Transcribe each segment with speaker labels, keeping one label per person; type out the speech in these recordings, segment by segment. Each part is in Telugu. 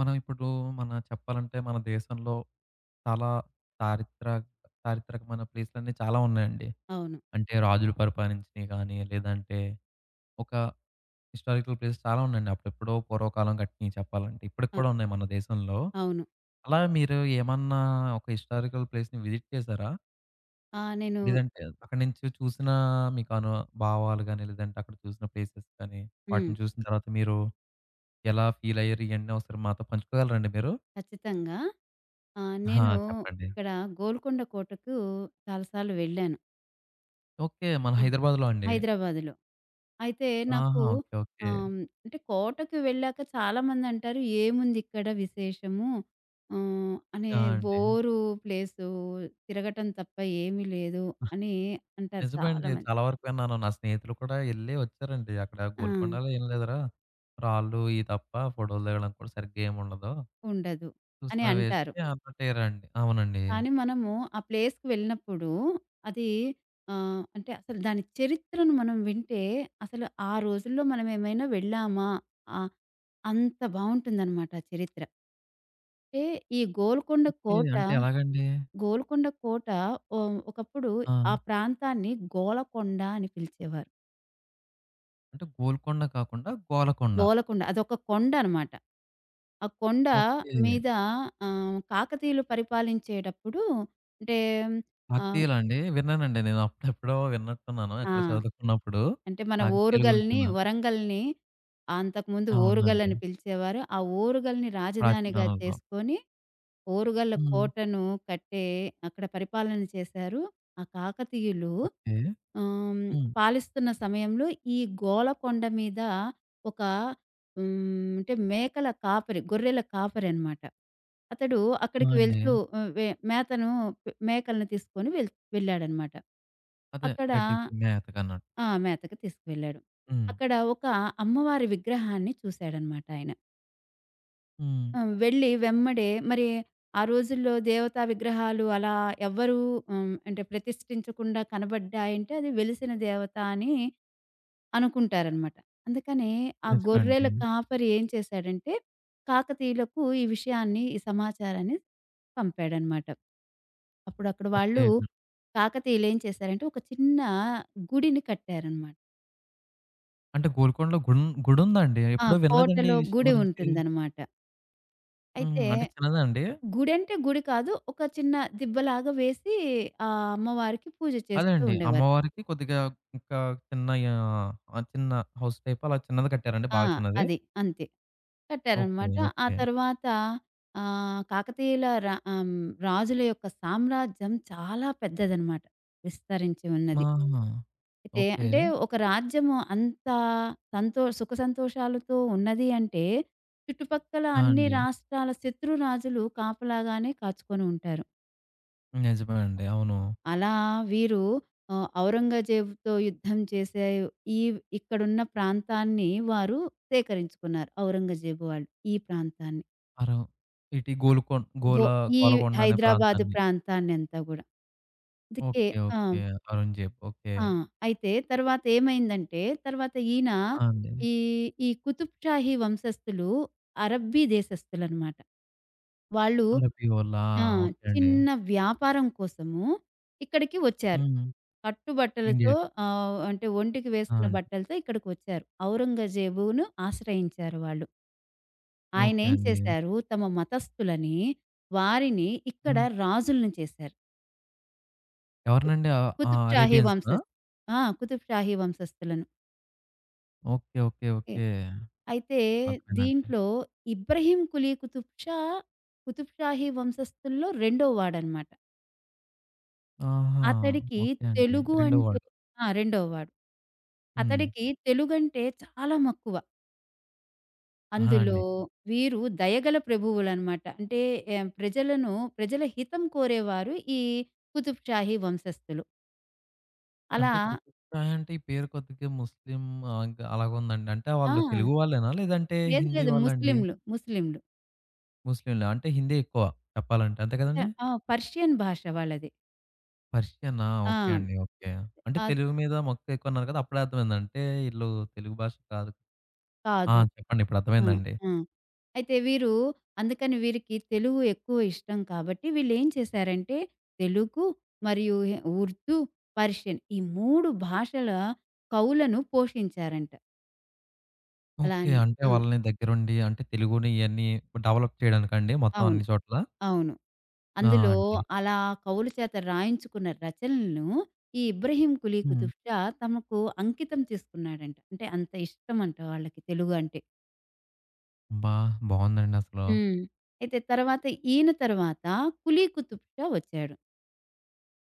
Speaker 1: మనం ఇప్పుడు మన చెప్పాలంటే మన దేశంలో చాలా చారిత్ర చారిత్రకమైన ప్లేస్‌లన్నీ చాలా ఉన్నాయండి.
Speaker 2: అవును.
Speaker 1: అంటే రాజులు పరిపాలించినయి గానీ, లేదంటే ఒక హిస్టారికల్ ప్లేస్ చాలా ఉన్నాయండి. అప్పుడెప్పుడో పూర్వకాలం కట్టినయి చెప్పాలంటే. ఇప్పటికి
Speaker 2: అ
Speaker 1: కూడా ఉన్నాయి మన దేశంలో.
Speaker 2: అవును.
Speaker 1: అలా మీరు ఏమన్నా ఒక హిస్టారికల్ ప్లేస్‌ని విజిట్ చేశారా?
Speaker 2: ఆ! నేను
Speaker 1: లేదంటే అక్కడి నుంచి చూసిన మీకు అను భావాలు గానీ, లేదంటే అక్కడ చూసిన ప్లేసెస్ కానీ,
Speaker 2: హ్మ్.
Speaker 1: వాటిని చూసిన తర్వాత మీరు ఎలా ఫీల్ అయ్యారు? ఇయన్నీ ఒకసారి మాతో పంచుకోగలరండి మీరు?
Speaker 2: ఖచ్చితంగా.
Speaker 1: ఆ!
Speaker 2: నేను
Speaker 1: చెప్పండి.
Speaker 2: ఇక్కడ గోల్కొండ కోటకు చాలా సార్లు వెళ్ళాను.
Speaker 1: ఓకే. మన
Speaker 2: ఆ!
Speaker 1: హైదరాబాద్‌లో అండి.
Speaker 2: హైదరాబాద్‌లో. అయితే నాకు
Speaker 1: ఆహా! ఓకే. ఓకే.
Speaker 2: ఆహ్, అంటే కోటకి వెళ్ళాక చాలామందంటారు, "ఏముందిక్కడ విశేషము? అనే
Speaker 1: ఆ! అండి.
Speaker 2: Bore place. తిరగటం తప్ప ఏమీ లేదు" అని అంటారు
Speaker 1: నిజమే అండి.
Speaker 2: చాలామంది.
Speaker 1: చాలా వరకు విన్నాను. నా స్నేహితులు కూడా ఎళ్లి వచ్చారండి. అక్కడ
Speaker 2: ఆ!
Speaker 1: గోల్కొండలో ఏం లేదురా! రాళ్ళు ఇయి తప్ప ఫోటోలు దిగడానికి కూడా సరిగ్గా ఏముండదు.
Speaker 2: ఉండదు అని
Speaker 1: చూసినా
Speaker 2: అంటారు.
Speaker 1: వేస్టే అన్నట్టయ్యారండి. అవునండి.
Speaker 2: కానీ మనము ఆ ప్లేస్‌కి వెళ్ళినప్పుడు అది అంటే అసలు దాని చరిత్రను మనం వింటే అసలు ఆ రోజుల్లో మనం ఏమైనా వెళ్ళామా? ఆహ్, అంత బావుంటుందనమాట ఆ చరిత్ర. అంటే ఈ గోల్కొండ
Speaker 1: ఓకే.
Speaker 2: కోట,
Speaker 1: అంటే ఎలాగండి?
Speaker 2: గోల్కొండ కోట ఒకప్పుడు
Speaker 1: ఆ!
Speaker 2: ఆ ప్రాంతాన్ని గోలకొండ అని పిలిచేవారు.
Speaker 1: అంటే గోల్కొండ కాకుండా గోలకొండ.
Speaker 2: గోలకొండ అదొక కొండ అనమాట. ఆ కొండ
Speaker 1: ఓకే.
Speaker 2: మీద కాకతీయులు పరిపాలించేటప్పుడు అంటే ఆహ్,
Speaker 1: కాకతీయులా అండి? విన్నానండి. నేను అప్పుడెప్పుడో విన్నట్టున్నాను.
Speaker 2: ఆ!
Speaker 1: ఎక్కడో చదువుకున్నప్పుడు
Speaker 2: అంటే మన
Speaker 1: కాకతీయుల గురించి
Speaker 2: ఓరుగల్ని,
Speaker 1: విన్నాను.
Speaker 2: వరంగల్‌ని అంతకుముందు ఓరుగల్
Speaker 1: అవునండి.
Speaker 2: అని పిలిచేవారు. ఆ ఓరుగల్‌ని
Speaker 1: ప్రాచీన
Speaker 2: రాజధానిగా
Speaker 1: నగరం.
Speaker 2: చేసుకొని, ఓరుగల్ల
Speaker 1: హ్మ్.
Speaker 2: కోటను కట్టే అక్కడ పరిపాలన చేశారు. ఆ కాకతీయులు
Speaker 1: ఓకే.
Speaker 2: ఆహ్,
Speaker 1: హ్మ్.
Speaker 2: పాలిస్తున్న సమయంలో ఈ గోలకొండ మీద ఒక అంటే మేకల కాపరి, గొర్రెల కాపరనమాట. అతడు
Speaker 1: ఆ!
Speaker 2: అక్కడికి
Speaker 1: అండి.
Speaker 2: వెళ్తూ మేతను మేకలను తీసుకొని వెళ్ళాడనమాట.
Speaker 1: అదే
Speaker 2: అక్కడ
Speaker 1: గడ్డికి మేతకన్నట్టు.
Speaker 2: ఆ! మేతకి తీసుకువెళ్ళాడు.
Speaker 1: హ్మ్.
Speaker 2: అక్కడ ఒక అమ్మవారి విగ్రహాన్ని చూసాడనమాట ఆయన.
Speaker 1: హ్మ్.
Speaker 2: వెళ్ళి వెమ్మడే మరి ఆ రోజుల్లో దేవతా విగ్రహాలు అలా ఎవ్వరూ అంటే ప్రతిష్ఠించకుండా కనబడ్డాయంటే అది వెలిసిన దేవత అని అనుకుంటారనమాట. అందుకనే ఆ
Speaker 1: నిజమే
Speaker 2: గొర్రెల
Speaker 1: అండి.
Speaker 2: కాపరి ఏం చేశాడంటే కాకతీయులకు ఈ విషయాన్ని, ఈ సమాచారాన్ని పంపాడనమాట. అప్పుడు అక్కడ వాళ్ళు
Speaker 1: ఓకే.
Speaker 2: కాకతీయులేం చేశారంటే ఒక చిన్న గుడిని కట్టారనమాట.
Speaker 1: అంటే గోల్కొండలో గుడుందా అండి?
Speaker 2: ఆ!
Speaker 1: ఎప్పుడూ వినలేదండి
Speaker 2: కోటలో
Speaker 1: ఈ విషయం
Speaker 2: గుడి
Speaker 1: గురించి.
Speaker 2: ఉంటుందనమాట.
Speaker 1: హ్మ్.
Speaker 2: అయితే
Speaker 1: అంటే చిన్నదా అండి?
Speaker 2: గుడంటే గుడి కాదు. ఒక చిన్న దిబ్బలాగా వేసి ఆ అమ్మవారికి పూజ
Speaker 1: అదే
Speaker 2: చేస్తూ
Speaker 1: అండి.
Speaker 2: ఉండేవారు.
Speaker 1: అమ్మవారికి కొద్దిగా ఇంకా చిన్న ఆహ్, ఆ చిన్న హౌస్ టైప్ అలా చిన్నది కట్టారండి?
Speaker 2: ఆ!
Speaker 1: బాగా చిన్నది?
Speaker 2: అది. అంతే.
Speaker 1: ఓకే.
Speaker 2: కట్టారనమాట. ఆ
Speaker 1: ఓకే.
Speaker 2: తర్వాత ఆహ్, కాకతీయుల రా ఆహ్, రాజుల యొక్క సామ్రాజ్యం చాలా పెద్దదనమాట. విస్తరించి ఉన్నది.
Speaker 1: ఆహా!
Speaker 2: అయితే
Speaker 1: ఓకే.
Speaker 2: అంటే ఒక రాజ్యము అంత సుఖ సంతోషాలతో ఉన్నది అంటే చుట్టుపక్కల
Speaker 1: ఆ!
Speaker 2: అన్ని
Speaker 1: అండి.
Speaker 2: రాష్ట్రాల శత్రు రాజులు కాపలాగానే కాచుకొని ఉంటారు.
Speaker 1: నిజమే అండి. అవును.
Speaker 2: అలా వీరు ఔరంగజేబుతో యుద్ధం చేసే ఈ ఇక్కడున్న ప్రాంతాన్ని వారు సేకరించుకున్నారు. ఔరంగజేబు వాళ్ళు ఈ ప్రాంతాన్ని.
Speaker 1: అరవ్ ఇటు గోల్కొం
Speaker 2: గో
Speaker 1: గోల
Speaker 2: ఈ
Speaker 1: గోలకొండ అనే
Speaker 2: హైదరాబాద్
Speaker 1: ప్రాంతాన్ని.
Speaker 2: ప్రాంతాన్నంతా గూడా. అందుకే
Speaker 1: ఓకే.
Speaker 2: ఆ!
Speaker 1: ఓకే. అరుణ్ జేప్. ఓకే.
Speaker 2: ఆ! అయితే తర్వాత ఏమైందంటే తర్వాత ఈయన
Speaker 1: ఆ! అండి.
Speaker 2: ఈ, ఈ కుతుబ్‌షాహీ వంశస్థులు అరబ్బీ దేశస్థులనమాట. వాళ్ళు
Speaker 1: ఆర్‌పిఓలా
Speaker 2: ఆ!
Speaker 1: ఓకే అండి.
Speaker 2: చిన్న వ్యాపారం కోసము ఇక్కడికి వచ్చారు.
Speaker 1: హ్మ్.
Speaker 2: పట్టు బట్టలతో
Speaker 1: ఇండియాకి.
Speaker 2: అంటే ఒంటికి
Speaker 1: ఆ!
Speaker 2: వేసుకున్న
Speaker 1: అండి.
Speaker 2: బట్టలతో ఇక్కడికొచ్చారు. ఔరంగజేబును ఆశ్రయించారు వాళ్ళు.
Speaker 1: ఓకే
Speaker 2: ఆయనేం
Speaker 1: అండి.
Speaker 2: చేశారు, తమ మతస్థులని, వారిని ఇక్కడ
Speaker 1: హ్మ్.
Speaker 2: రాజులను చేశారు. కు
Speaker 1: ఎవరినండి? ఆ
Speaker 2: కుతుబ్ షాహీ
Speaker 1: అరేబియన్సా?
Speaker 2: వంశస్ ఆ! కుతుబ్ షాహీ వంశస్థులను.
Speaker 1: ఓకే. ఓకే.
Speaker 2: ఎ
Speaker 1: ఓకే.
Speaker 2: అయితే
Speaker 1: అర్థమైందండి.
Speaker 2: దీంట్లో ఇబ్రహీం కులీ కుతుబ్ షా, కుతుబ్ షాహీ వంశస్థుల్లో రెండో వాడనమాట.
Speaker 1: ఆహా!
Speaker 2: అతడికి
Speaker 1: ఓకే అండి.
Speaker 2: తెలుగు
Speaker 1: రెండో
Speaker 2: అంటే
Speaker 1: వార్డ్.
Speaker 2: ఆ! రెండోవాడు.
Speaker 1: హ్మ్.
Speaker 2: అతడికి తెలుగంటే చాలా మక్కువ.
Speaker 1: ఆహా!
Speaker 2: అందులో
Speaker 1: అండి.
Speaker 2: వీరు దయగల ప్రభువులనమాట. అంటే ప్రజలను ప్రజల హితం కోరేవారు ఈ కుతుబ్ షాహీ వంశస్థులు. అలా
Speaker 1: అంటే కుతుబ్‌షాహి అంటే ఈ పేరు కొద్దిగా ముస్లిం ఇంకా అలాగుందండి. అంటే
Speaker 2: ఆ!
Speaker 1: వాళ్ళు
Speaker 2: ఆ!
Speaker 1: తెలుగు వాళ్ళేనా? లేదంటే
Speaker 2: లేదు
Speaker 1: హిందీ
Speaker 2: లేదు.
Speaker 1: వాళ్ళండి?
Speaker 2: ముస్లింలు. ముస్లింలు.
Speaker 1: ముస్లింలా? అంటే హిందీ ఎక్కువ చెప్పాలంటే. అంతే
Speaker 2: ఆ!
Speaker 1: కదండీ?
Speaker 2: ఆ! పర్షియన్ భాష వాళ్ళది.
Speaker 1: పర్షియనా?
Speaker 2: ఆ!
Speaker 1: ఓకే అండి. ఓకే. అంటే
Speaker 2: అద్
Speaker 1: తెలుగు మీద మక్కువ ఎక్కువన్నారు కదా! అప్పుడే అర్థమైంది. అంటే ఈళ్ళు తెలుగు భాష కాదు. ఆ!
Speaker 2: కాదు.
Speaker 1: చెప్పండి. ఇప్పుడు
Speaker 2: ఆ!
Speaker 1: అర్థమైందండి.
Speaker 2: ఆ! అయితే వీరు అందుకని వీరికి తెలుగు ఎక్కువ ఇష్టం కాబట్టి వీళ్ళేం చేశారంటే తెలుగు మరియు హి ఉర్దూ, పర్షియన్ ఈ 3 భాషల కవులను పోషించారంట. అలా
Speaker 1: ఓకే.
Speaker 2: అని.
Speaker 1: అంటే
Speaker 2: ఆ!
Speaker 1: వాళ్ళని దగ్గరుండి అంటే తెలుగుని ఇయన్నీ డెవలప్ చేయడానికండి మొత్తం
Speaker 2: అవును.
Speaker 1: అన్ని చోట్ల?
Speaker 2: అవును.
Speaker 1: ఆ!
Speaker 2: అందులో
Speaker 1: అండి.
Speaker 2: అలా కవులు చేత రాయించుకున్న రచనలను ఈ ఇబ్రహీం కులీ
Speaker 1: హ్మ్.
Speaker 2: కుతుబ్ షా తమకు అంకితం చేసుకున్నాడంట. అంటే అంత ఇష్టమంట వాళ్ళకి తెలుగు అంటే.
Speaker 1: అబ్బా! బావుందండి అసలు.
Speaker 2: హ్మ్. అయితే తర్వాత ఈయన తర్వాత కులీ కుతుబ్ షా వచ్చాడు.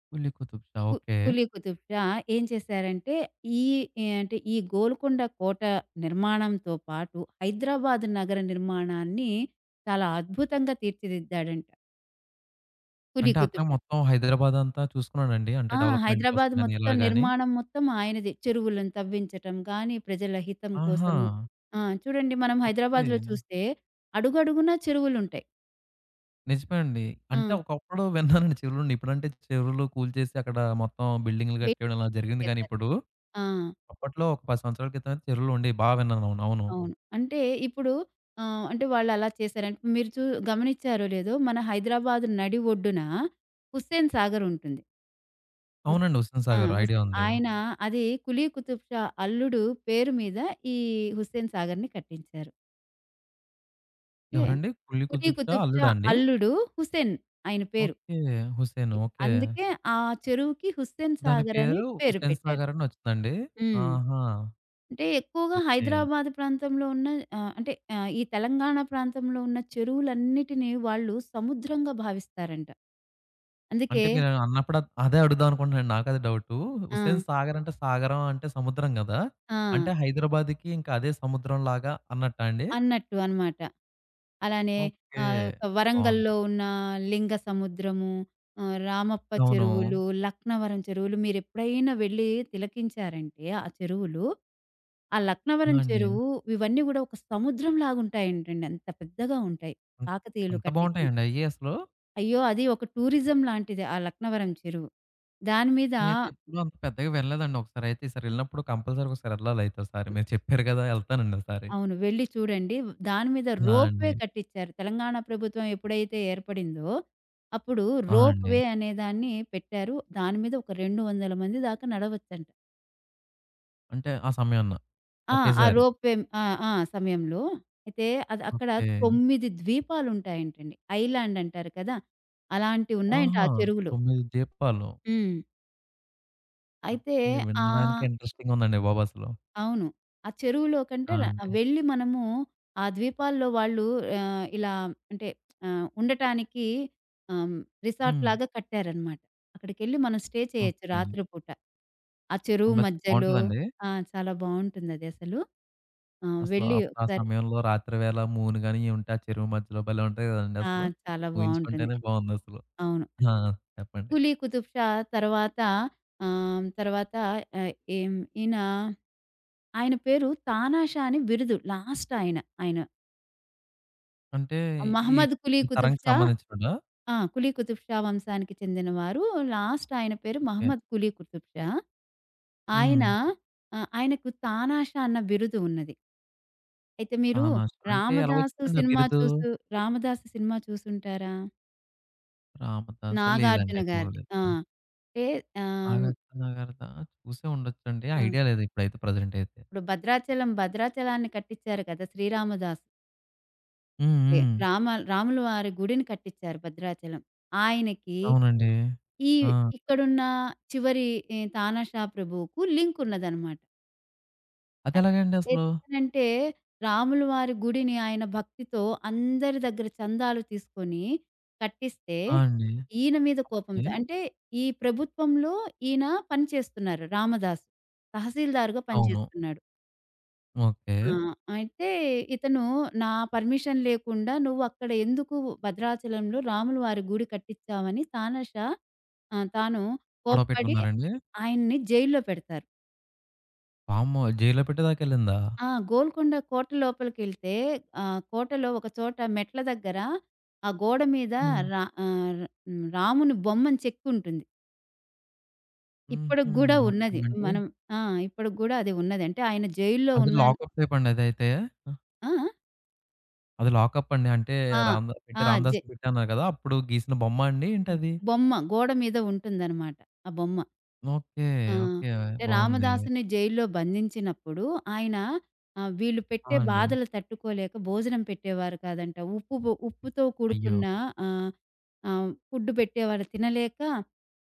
Speaker 1: 'కులి కుతుబ్ షా'
Speaker 2: కు
Speaker 1: ఓకే.
Speaker 2: కులీ కుతుబ్ షా ఏం చేశారంటే ఈ ఏ- అంటే ఈ గోల్కొండ కోట నిర్మాణంతో పాటు హైదరాబాద్ నగర నిర్మాణాన్ని చాలా అద్భుతంగా తీర్చిదిద్దాడంట. కులీ
Speaker 1: అంటే అతను
Speaker 2: కుతుబ్ షా.
Speaker 1: మొత్తం హైదరాబాద్ అంతా చూసుకున్నాడండి? అంటే
Speaker 2: ఆ!
Speaker 1: డెవలప్‌మెంట్ కోసం
Speaker 2: హైదరాబాద్
Speaker 1: గాని
Speaker 2: మొత్తం
Speaker 1: ఇలా గాని?
Speaker 2: నిర్మాణం మొత్తం ఆయనదే. చెరువులను తవ్వించటం గానీ, ప్రజల హితం
Speaker 1: ఆహా!
Speaker 2: కోసము. ఆ! చూడండి మనం
Speaker 1: ఓకే.
Speaker 2: హైదరాబాద్‌లో చూస్తే అడుగడుగునా చెరువులుంటాయి.
Speaker 1: నిజమే అండి.
Speaker 2: ఆ!
Speaker 1: అంటే ఒకప్పుడు విన్నానండి చెరువులుండి. ఇప్పుడంటే చెరువులు కూల్చేసి అక్కడ మొత్తం బిల్డింగులు
Speaker 2: బే
Speaker 1: కట్టేయడం అలా జరిగింది గానీ
Speaker 2: కట్టేశారు.
Speaker 1: ఇప్పుడు.
Speaker 2: ఆ!
Speaker 1: అప్పట్లో ఒక 10 సంవత్సరాల క్రితం అయితే చెరువులుండేవి. బా విన్నాను. అవును. అవును.
Speaker 2: అవును. అంటే ఇప్పుడు అంటే వాళ్ళలా చేశారని మీరు గమనించారో లేదో మన హైదరాబాద్ నడి ఒడ్డున హుస్సేన్ సాగర్ ఉంటుంది. హుస్
Speaker 1: అవునండి. 'హుస్సేన్
Speaker 2: ఆ!
Speaker 1: సాగర్'
Speaker 2: హుస్సే
Speaker 1: ఐడియా ఉంది.
Speaker 2: ఆయన అది కులీ కుతుబ్ షా అల్లుడు పేరు మీద ఈ హుస్సేన్ సాగర్‌ని కట్టించారు. ఓకే.
Speaker 1: ఎవరండి? 'కుల్లీ
Speaker 2: 'కులీ
Speaker 1: కుతుబ్ షా'
Speaker 2: కుతుబ్
Speaker 1: అల్లుడా
Speaker 2: షా'
Speaker 1: అండి?
Speaker 2: అల్లుడు హుసేన్ ఆయన పేరు.
Speaker 1: ఓకే. హుసేను. ఓకే.
Speaker 2: అందుకే ఆ చెరువుకి హుస్సేన్
Speaker 1: దాని
Speaker 2: సాగర్ అని
Speaker 1: పేరు
Speaker 2: పేరు
Speaker 1: 'హుసేన్
Speaker 2: పెట్టారు.
Speaker 1: సాగర్' అని వచ్చిందండి.
Speaker 2: హ్మ్.
Speaker 1: ఆహా!
Speaker 2: అంటే ఎక్కువగా
Speaker 1: ఓకే.
Speaker 2: హైదరాబాద్ ప్రాంతంలో ఉన్న ఈ తెలంగాణ ప్రాంతంలో ఉన్న చెరువులన్నిటిని వాళ్ళు సముద్రంగా భావిస్తారంట. అందుకే
Speaker 1: అంటే మీరు అన్నప్పుడు అదే అడుగుదాం అనుకుంటున్నాను. నాకదే డౌటు.
Speaker 2: ఆ!
Speaker 1: 'హుసేన్ సాగర్' అంటే సాగరం అంటే సముద్రం గదా!
Speaker 2: ఆ!
Speaker 1: అంటే హైదరాబాద్‌కి ఇంకా అదే సముద్రం లాగా అన్నట్టా అండి?
Speaker 2: అన్నట్టు అనమాట. అలానే
Speaker 1: ఓకే.
Speaker 2: ఆహ్, వరంగల్‌లో
Speaker 1: బావుంది.
Speaker 2: ఉన్న లింగ సముద్రము, రామప్ప
Speaker 1: అవును.
Speaker 2: చెరువులు, లక్నవరం చెరువులు మీరెప్పుడైనా వెళ్లి తిలకించారంటే ఆ చెరువులు, ఆ లక్నవరం
Speaker 1: ఆ! అండి.
Speaker 2: చెరువు ఇవన్నీ గూడా ఒక సముద్రం లాగుంటాయంటండి. అంత పెద్దగా ఉంటాయి.
Speaker 1: అన్
Speaker 2: కాకతీయులు
Speaker 1: అంత
Speaker 2: కట్టించినయి.
Speaker 1: బావుంటాయండి అయ్యి అసలు?
Speaker 2: అయ్యో! అది ఒక టూరిజం లాంటిది ఆ లక్నవరం చెరువు. దాని మీద
Speaker 1: నేనైతే ఎప్పుడూ అంత పెద్దగా వెళ్ళలేదండి. ఒకసారి అయితే ఈసారి వెళ్ళినప్పుడు కంపల్సరీగా ఒకసారి వెళ్ళాలి అయితే ఒకసారి. మీరు చెప్పారు గదా! ఎళ్తానండి ఒకసారి.
Speaker 2: అవును. వెళ్లి చూడండి. దాని మీద
Speaker 1: ఆ!
Speaker 2: రోప్ వే
Speaker 1: అండి.
Speaker 2: కట్టిచ్చారు. తెలంగాణ ప్రభుత్వం ఎప్పుడైతే ఏర్పడిందో, అప్పుడు
Speaker 1: ఆ!
Speaker 2: రోప్
Speaker 1: అండి.
Speaker 2: వే అనే దాన్ని పెట్టారు. దాని మీద ఒక 200 మంది దాకా నడవచ్చంట.
Speaker 1: అంటే ఆ సమయాన
Speaker 2: ఆ! ఆ
Speaker 1: ఒకేసారి.
Speaker 2: రోప్ వే ఆ! ఆ! సమయంలో. అయితే అది అక్కడ
Speaker 1: ఓకే.
Speaker 2: 9 ద్వీపాలుంటాయంటండి. ఐలాండ్ అంటారు కదా! అలాంటివున్నాయంట ఆ
Speaker 1: ఆహా!
Speaker 2: చెరువులో.
Speaker 1: 9 దీపాలు.
Speaker 2: హ్మ్. అయితే
Speaker 1: ఓకే.
Speaker 2: ఆ
Speaker 1: వినడానికే ఇంట్రెస్టింగ్‌గా ఉందండి బాబు అసలు.
Speaker 2: అవును. ఆ చెరువులో కంటే
Speaker 1: ఆ!
Speaker 2: ర
Speaker 1: అండి.
Speaker 2: వెళ్ళి మనము ఆ ద్వీపాల్లో వాళ్ళు ఆహ్, ఇలా అంటే ఆహ్, ఉండటానికి ఆహ్,
Speaker 1: హ్మ్.
Speaker 2: రిసార్ట్‌లాగా కట్టారనమాట. అక్కడికెళ్ళి మనం స్టే చేయొచ్చు
Speaker 1: ఓకే.
Speaker 2: రాత్రి పూట. ఆ చెరువు
Speaker 1: ఉండొచ్చు
Speaker 2: మధ్యలో
Speaker 1: బావుంటదండి?
Speaker 2: ఆ! చాలా బావుంటుందదసలు. ఆ!
Speaker 1: అసలు
Speaker 2: వెళ్ళి
Speaker 1: అప్పుడు ఆ
Speaker 2: ఒకసారి
Speaker 1: సమయంలో రాత్రి వేళ మూన్ గాని ఇయి ఉంటే ఆ చెరువు మధ్యలో భలే ఉంటాయి కదండీ
Speaker 2: ఆ!
Speaker 1: అసలు.
Speaker 2: చాలా బావుంటుంది.
Speaker 1: ఊహించుకుంటేనే బావుందసలు.
Speaker 2: అవును.
Speaker 1: ఆ! చెప్పండి.
Speaker 2: 'కూలీ కుతుబ్ షా' తర్వాత తర్వాత ఆహ్, ఏం ఈయన ఆయన పేరు తానాషా అని బిరుదు లాస్ట్ ఆయన. ఆయన
Speaker 1: అంటే ఈ
Speaker 2: మహమ్మద్ కులీ
Speaker 1: ఈ
Speaker 2: కుతుబ్
Speaker 1: తరంకి
Speaker 2: షా
Speaker 1: సంబంధించినోడా?
Speaker 2: ఆ! కులీ కుతుబ్ షా వంశానికి చెందినవారు. లాస్ట్ ఆయన పేరు
Speaker 1: ఓకే.
Speaker 2: మహమ్మద్ కులీ కుతుబ్ షా. ఆయన
Speaker 1: హ్మ్.
Speaker 2: ఆయనకు తానాషా అన్న బిరుదు ఉన్నది. అయితే మీరు
Speaker 1: తానాష్ అంటే ఎలా
Speaker 2: 'రామదాసు'
Speaker 1: వచ్చిందండి ఆ
Speaker 2: సినిమా
Speaker 1: బిరుదు?
Speaker 2: చూసు 'రామదాసు' సినిమా చూసుంటారా?
Speaker 1: రామదాసా?
Speaker 2: నాగార్జున
Speaker 1: లేదండి
Speaker 2: గారిది. ఆ!
Speaker 1: చూడలేదు.
Speaker 2: అంటే ఆహ్,
Speaker 1: నాగార్జున నాగార్దా చూసే ఉండొచ్చండి.
Speaker 2: ఆ!
Speaker 1: ఐడియా లేదు ఇప్పుడైతే ప్రెజెంట్ అయితే.
Speaker 2: ఇప్పుడు భద్రాచలాన్ని కట్టించారు కదా! శ్రీరామదాసుకి.
Speaker 1: హ్మ్. హ్మ్.
Speaker 2: రామ రాముల వారి గుడిని కట్టించారు భద్రాచలం. ఆయనకి
Speaker 1: అవునండి.
Speaker 2: ఈ
Speaker 1: ఆ!
Speaker 2: ఇక్కడున్న చివరి ఈ తానాషా ప్రభువుకు లింక్ ఉన్నదనమాట. ఆహ్,
Speaker 1: అదెలాగండి అసలు?
Speaker 2: ఎందుకనంటే రాములు వారి గుడిని ఆయన భక్తితో అందరి దగ్గర చందాలు తీసుకొని కట్టిస్తే,
Speaker 1: ఆ! అండి.
Speaker 2: ఈయన మీద కోపంతో
Speaker 1: ఏ?
Speaker 2: అంటే ఈ ప్రభుత్వంలో ఈయన పనిచేస్తున్నారు రామదాసు. తహసీల్దార్‌గా
Speaker 1: అవును.
Speaker 2: పనిచేస్తున్నాడు.
Speaker 1: ఓకే.
Speaker 2: ఆ! అయితే ఇతను నా పర్మిషన్ లేకుండా, "నువ్వక్కడ ఎందుకు భద్రాచలంలో రాముల వారి గుడి కట్టిచ్చావని" తానషా ఆహ్, తాను
Speaker 1: గొడవ
Speaker 2: కోప్పడి
Speaker 1: పెట్టుకున్నారండి?
Speaker 2: ఆయన్ని జైల్లో పెడతారు.
Speaker 1: వామ్మో! జైల్‌లో పెట్టేదాకెళ్ళిందా?
Speaker 2: ఆ! గోల్కొండ కోట లోపలికెళ్తే కోటలో ఒక చోట మెట్ల దగ్గర ఆ గోడ మీద
Speaker 1: హ్మ్.
Speaker 2: రా ఆహ్, రాముని బొమ్మని చెక్కుంటుంది. ఇప్పటికి
Speaker 1: హుహు.
Speaker 2: గూడా
Speaker 1: ఓకే.
Speaker 2: ఉన్నది.
Speaker 1: అంటే
Speaker 2: మనం ఆ! ఇప్పటికి గూడా అది ఉన్నది. అంటే ఆయన జైల్లో
Speaker 1: అది
Speaker 2: ఉన్న
Speaker 1: లాకప్ టైప్ అండి అదైతే?
Speaker 2: ఆ!
Speaker 1: అది లాకప్ అండి. అంటే
Speaker 2: ఆ!
Speaker 1: రామ్ పెట్టి
Speaker 2: ఆ! జై
Speaker 1: 'రామదాసుని' పెట్టి అన్నారు కదా! అప్పుడు గీసిన బొమ్మ అండి ఏంటది?
Speaker 2: బొమ్మ. గోడ మీద ఉంటుందనమాట ఆ బొమ్మ.
Speaker 1: ఓకే.
Speaker 2: ఆ!
Speaker 1: ఓకే.
Speaker 2: అంటే
Speaker 1: బావుంది.
Speaker 2: రామదాసుని జైల్లో బంధించినప్పుడు ఆయన వీళ్ళు
Speaker 1: ఆ!
Speaker 2: పెట్టే
Speaker 1: అండి.
Speaker 2: బాధలు తట్టుకోలేక భోజనం పెట్టేవారు కాదంట. ఉప్పుతో
Speaker 1: అయ్యో!
Speaker 2: కూడుకున్న ఆహ్, ఆహ్, ఫుడ్ పెట్టేవారు తినలేక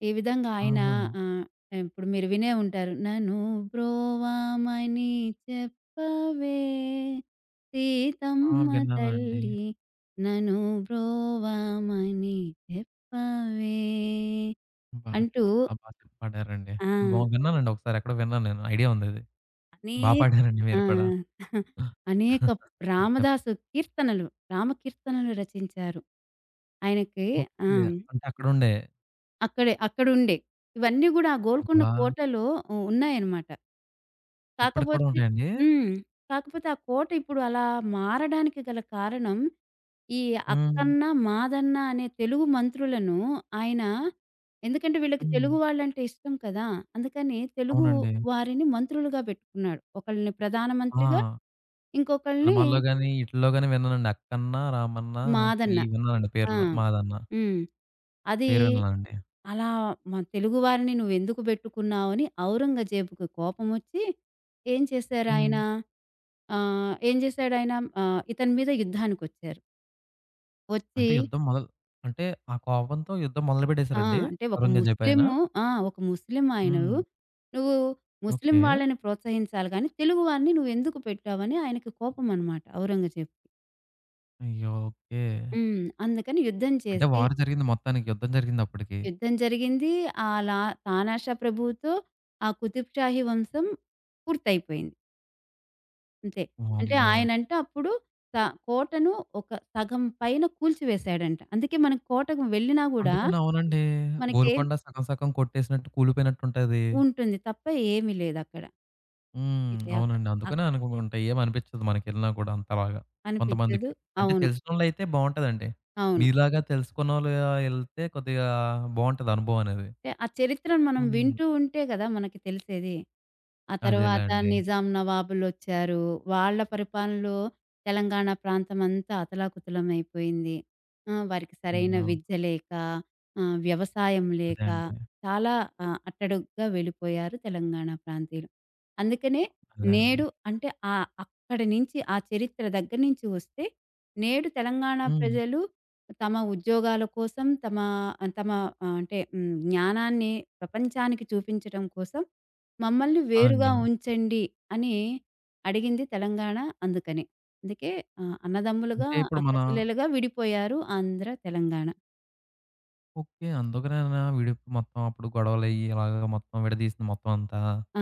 Speaker 2: ఈ విధంగా ఆయన
Speaker 1: ఆహా!
Speaker 2: ఆహ్, ఇప్పుడు మీరు వినే ఉంటారు. నను బ్రోవమని చెప్పవే
Speaker 1: ఆ!
Speaker 2: సీతమ్మ
Speaker 1: విన్నానండి.
Speaker 2: తల్లి నను బ్రోవమని చెప్పవే
Speaker 1: అబ్బా!
Speaker 2: అంటూ
Speaker 1: చాలా బా చెప్పి పాడారండి.
Speaker 2: ఆ!
Speaker 1: బా విన్నానండి ఒకసారి ఎక్కడో విన్నాను నేను. ఐడియా ఉందది. బా
Speaker 2: అనేక
Speaker 1: పాడారండి
Speaker 2: ఆ!
Speaker 1: మీరు కూడా.
Speaker 2: అనేక
Speaker 1: చెప్
Speaker 2: రామదాసు కీర్తనలు, రామ కీర్తనలు రచించారు. ఆయనకి ఆ!
Speaker 1: ఓకే. అంటే అక్కడుండే.
Speaker 2: అక్కడుండే. ఇవన్నీ గూడా ఆ గోల్కొండ
Speaker 1: అబ్బా!
Speaker 2: కోటలో ఉన్నాయన్నమాట.
Speaker 1: ఇప్పటికి కూడా
Speaker 2: కాకపోతే
Speaker 1: ఉంటాయండి?
Speaker 2: హ్మ్. కాకపోతే ఆ కోట ఇప్పుడు అలా మారడానికి గల కారణం ఈ
Speaker 1: హ్మ్.
Speaker 2: అక్కన్న, మాదన్న అనే తెలుగు మంత్రులను ఆయన ఎందుకంటే వీళ్ళకి
Speaker 1: హ్మ్.
Speaker 2: తెలుగు వాళ్ళంటే ఇష్టం కదా! అందుకని తెలుగు
Speaker 1: అవునండి.
Speaker 2: వారిని మంత్రులుగా పెట్టుకున్నాడు. ఒకళ్ళని ప్రధానమంత్రిగా,
Speaker 1: ఆ!
Speaker 2: ఇంకొకళ్ళని
Speaker 1: సినిమాల్లో గాని, ఈటిల్లో గాని విన్నానండి. అక్కన్న, రామన్న
Speaker 2: మాదన్న.
Speaker 1: ఇయి విన్నానండి
Speaker 2: ఆ!
Speaker 1: పేర్లు. మాదన్న.
Speaker 2: హ్మ్. అది
Speaker 1: పేరు విన్నానండి.
Speaker 2: అలా మా తెలుగు వారిని నువ్వెందుకు బెట్టుకున్నావు అని ఔరంగజేబుకి కోపమొచ్చి ఏం చేశారాయన
Speaker 1: హ్మ్.
Speaker 2: ఏం జేశాడాయన ఇతని మీద యుద్ధానికొచ్చారు. వచ్చి
Speaker 1: అంటే యుద్ధం మొదలు అంటే ఆ కోపంతో యుద్ధం
Speaker 2: ఆ!
Speaker 1: మొదలుపెట్టేసారండి?
Speaker 2: అంటే ఒక
Speaker 1: ఔరంగజేబు ఆయన?
Speaker 2: ముస్లిము ఆ! ఒక ముస్లిం
Speaker 1: హ్మ్.
Speaker 2: ఆయనవు. నువ్వు ముస్లిం
Speaker 1: ఓకే.
Speaker 2: వాళ్ళని ప్రోత్సహించాలి గానీ, తెలుగు వారిని నువ్వెందుకు పెట్టావని ఆయనకి కోపమనమాట ఔరంగజేబుకి.
Speaker 1: అయ్యో! ఓకే.
Speaker 2: హ్మ్. అందుకని యుద్ధం
Speaker 1: అంటే
Speaker 2: చేసి,
Speaker 1: వార్ జరిగింది మొత్తానికి. యుద్ధం జరిగిందప్పటికి.
Speaker 2: యుద్ధం జరిగింది. అలా తానాషా ప్రభువుతో ఆ కుతుబ్ షాహీ వంశం పూర్తయిపోయింది. అంతే. అంటే
Speaker 1: వామ్మో!
Speaker 2: ఆయనంట అప్పుడు స కోటను ఒక సగం పైన కూల్చివేశాడంట. అందుకే మనం కోటకు వెళ్ళినా గూడా
Speaker 1: అందుకని అవునండి.
Speaker 2: మనకేం
Speaker 1: గోల్కొండ సగం సగం కొట్టేసినట్టు కూలిపోయినట్టుంటది.
Speaker 2: ఉంటుంది తప్ప ఏమీ లేదక్కడ.
Speaker 1: హ్మ్.
Speaker 2: అయితే అక్క
Speaker 1: అవునండి. అందుకనే అనుకుంటాయి. ఏమనిపించదు మనకెళ్ళినా కూడా అంతలాగా కొంతమందికి.
Speaker 2: అనిపించదు.
Speaker 1: అంటే
Speaker 2: అవును.
Speaker 1: తెలిసినోళ్ళయితే బావుంటదండి.
Speaker 2: అవును.
Speaker 1: మీలాగా తెలుసుకున్నోళ్ళు ఎళ్తే కొద్దిగా బావుంటది అనుభవం అనేది.
Speaker 2: అంటే ఆ చరిత్రను మనం
Speaker 1: హ్మ్.
Speaker 2: వింటూ ఉంటే గదా! మనకి తెలిసేది. ఆ తర్వాత
Speaker 1: అదేలేండి.
Speaker 2: నిజాం నవాబులొచ్చారు. వాళ్ళ పరిపాలనలో తెలంగాణ ప్రాంతమంతా అతలాకుతలమైపోయింది. వారికి సరైన
Speaker 1: అయ్యో!
Speaker 2: విద్య లేక, వ్యవసాయం
Speaker 1: అదే
Speaker 2: లేక
Speaker 1: అండి.
Speaker 2: చాలా అట్టడుగ్గా వెళ్ళిపోయారు తెలంగాణ ప్రాంతీయులు. అందుకనే
Speaker 1: అదే అండి.
Speaker 2: నేడు అంటే అక్కడి నుంచి ఆ చరిత్ర దగ్గర నుంచి వస్తే నేడు తెలంగాణ
Speaker 1: హ్మ్.
Speaker 2: ప్రజలు తమ ఉద్యోగాల కోసం తమ తమ ఆహ్, అంటే హ్మ్, జ్ఞానాన్ని ప్రపంచానికి చూపించటం కోసం మమ్మల్ని
Speaker 1: ఆ!
Speaker 2: వేరుగా
Speaker 1: అండి.
Speaker 2: ఉంచండి అని అడిగింది తెలంగాణ అందుకనే. అందుకే అన్నదమ్ములుగా,
Speaker 1: అంటే ఇప్పుడు మన
Speaker 2: అక్కచెల్లెలుగా విడిపోయారు ఆంధ్ర, తెలంగాణ.
Speaker 1: ఓకే. అందుకనేనా విడి మొత్తం అప్పుడు గొడవలయ్యి ఇలాగా మొత్తం విడదీసింది మొత్తం అంతా.
Speaker 2: ఆ!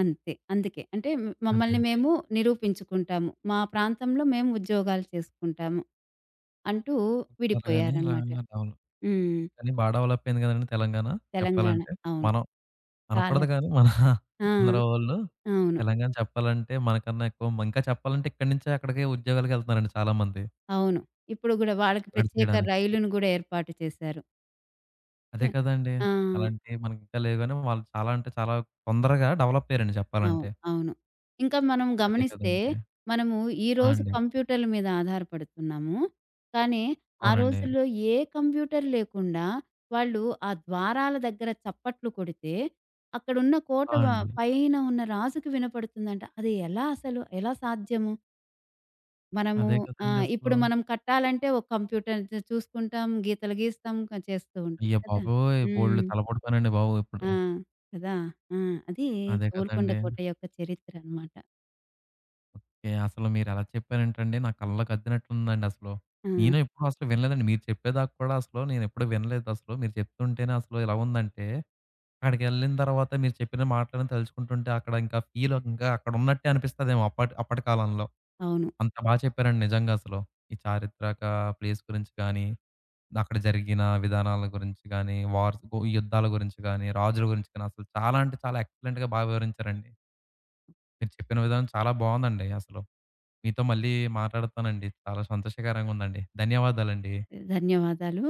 Speaker 2: అంతే. అందుకే. అంటే
Speaker 1: అదే
Speaker 2: మమ్మల్ని
Speaker 1: అండి.
Speaker 2: మేము నిరూపించుకుంటాము. మా ప్రాంతంలో మేము ఉద్యోగాలు చేసుకుంటాము అంటూ
Speaker 1: అలాగని ఇలా
Speaker 2: విడిపోయారనమాట.
Speaker 1: డెవలప్
Speaker 2: హ్మ్.
Speaker 1: కానీ బా డెవలప్ అయింది కదండీ తెలంగాణ
Speaker 2: తెలంగాణ.
Speaker 1: చెప్పాలంటే.
Speaker 2: అవును.
Speaker 1: మనం
Speaker 2: చాలా
Speaker 1: అనకూడదు గానీ మన
Speaker 2: ఆ!
Speaker 1: ఆంధ్ర వాళ్ళు
Speaker 2: అవును.
Speaker 1: తెలంగాణ చెప్పాలంటే మనకన్నా ఎక్కువ ఇంకా చెప్పాలంటే ఇక్కడి నుంచే అక్కడికే ఉద్యోగాలకెళ్తున్నారండి చాలామంది.
Speaker 2: అవును. ఇప్పుడు గూడా వాళ్ళకి
Speaker 1: అక్కడ
Speaker 2: ప్రత్యేక
Speaker 1: చేయడానికి.
Speaker 2: రైలును గూడా ఏర్పాటు చేశారు.
Speaker 1: అదే
Speaker 2: హ్మ్.
Speaker 1: కదండీ!
Speaker 2: ఆ!
Speaker 1: అలాంటివి మనకింకా లేవు గానీ వాళ్ళు చాలా అంటే చాలా తొందరగా డెవలప్ అయ్యారండి
Speaker 2: అవును.
Speaker 1: చెప్పాలంటే.
Speaker 2: అవును. ఇంకా మనం
Speaker 1: అదే
Speaker 2: గమనిస్తే,
Speaker 1: కదండీ!
Speaker 2: మనము
Speaker 1: ఆ!
Speaker 2: ఈరోజు
Speaker 1: అండి.
Speaker 2: కంప్యూటర్ల మీద ఆధారపడుతున్నాము. కానీ, ఆ
Speaker 1: అవునండి.
Speaker 2: రోజుల్లో ఏ కంప్యూటర్ లేకుండా వాళ్ళు ఆ ద్వారాల దగ్గర చప్పట్లు కొడితే, అక్కడున్న కోట
Speaker 1: ఆ!
Speaker 2: వ
Speaker 1: అండి.
Speaker 2: పైన ఉన్న రాజుకి వినపడుతుందంట. అది ఎలా అసలు? ఎలా సాధ్యము? మనము
Speaker 1: అదే కదండీ అసలు.
Speaker 2: ఇప్పుడు మనం కట్టాలంటే ఒక కంప్యూటర్ చూసుకుంటాం, గీతలు గీస్తాం, క చేస్తూ ఉంటాం
Speaker 1: అయ్య
Speaker 2: కదా!
Speaker 1: బాబోయ్! బోలెడు
Speaker 2: హ్మ్.
Speaker 1: తలపడిపోయానండి బాబు
Speaker 2: ఆ!
Speaker 1: ఇప్పుడు.
Speaker 2: కదా! ఆ! అది
Speaker 1: అదే
Speaker 2: గోల్కొండ
Speaker 1: కదండీ!
Speaker 2: కోట యొక్క చరిత్ర అనమాట.
Speaker 1: ఓకే. అసలు మీరలా చెప్పారేంటండి? నా కళ్ళకద్దినట్లుందండి అసలు.
Speaker 2: ఆ!
Speaker 1: నేను ఎప్పుడు అసలు వినలేదండి. మీరు చెప్పేదాకా కూడా అసలు నేనెప్పుడు వినలేదసలు. మీరు చెప్తుంటేనే అసలు ఇలా ఉందంటే, అక్కడికెళ్ళిన తర్వాత మీరు చెప్పిన మాటలను తలుచుకుంటుంటే అక్కడ ఇంకా ఫీల్ ఇంకా అక్కడున్నట్టే అనిపిస్తదేమో అప్పటి అప్పటి కాలంలో.
Speaker 2: అవును.
Speaker 1: అంత బా చెప్పారండి నిజంగా అసలు. ఈ చారిత్రక ప్లేస్ గురించి కానీ, అక్కడ జరిగిన విధానాల గురించి గానీ, వార్స్ గు యుద్ధాల గురించి గానీ, రాజుల గురించి గానీ అసలు చాలా అంటే చాలా ఎక్సలెంట్‌గా బా వివరించారండి. మీరు చెప్పిన విధానం చాలా బావుందండి అసలు. మీతో మళ్ళీ మాట్లాడతానండి. చాలా సంతోషకరంగా ఉందండి. ధన్యవాదాలండి.
Speaker 2: ధన్యవాదాలు.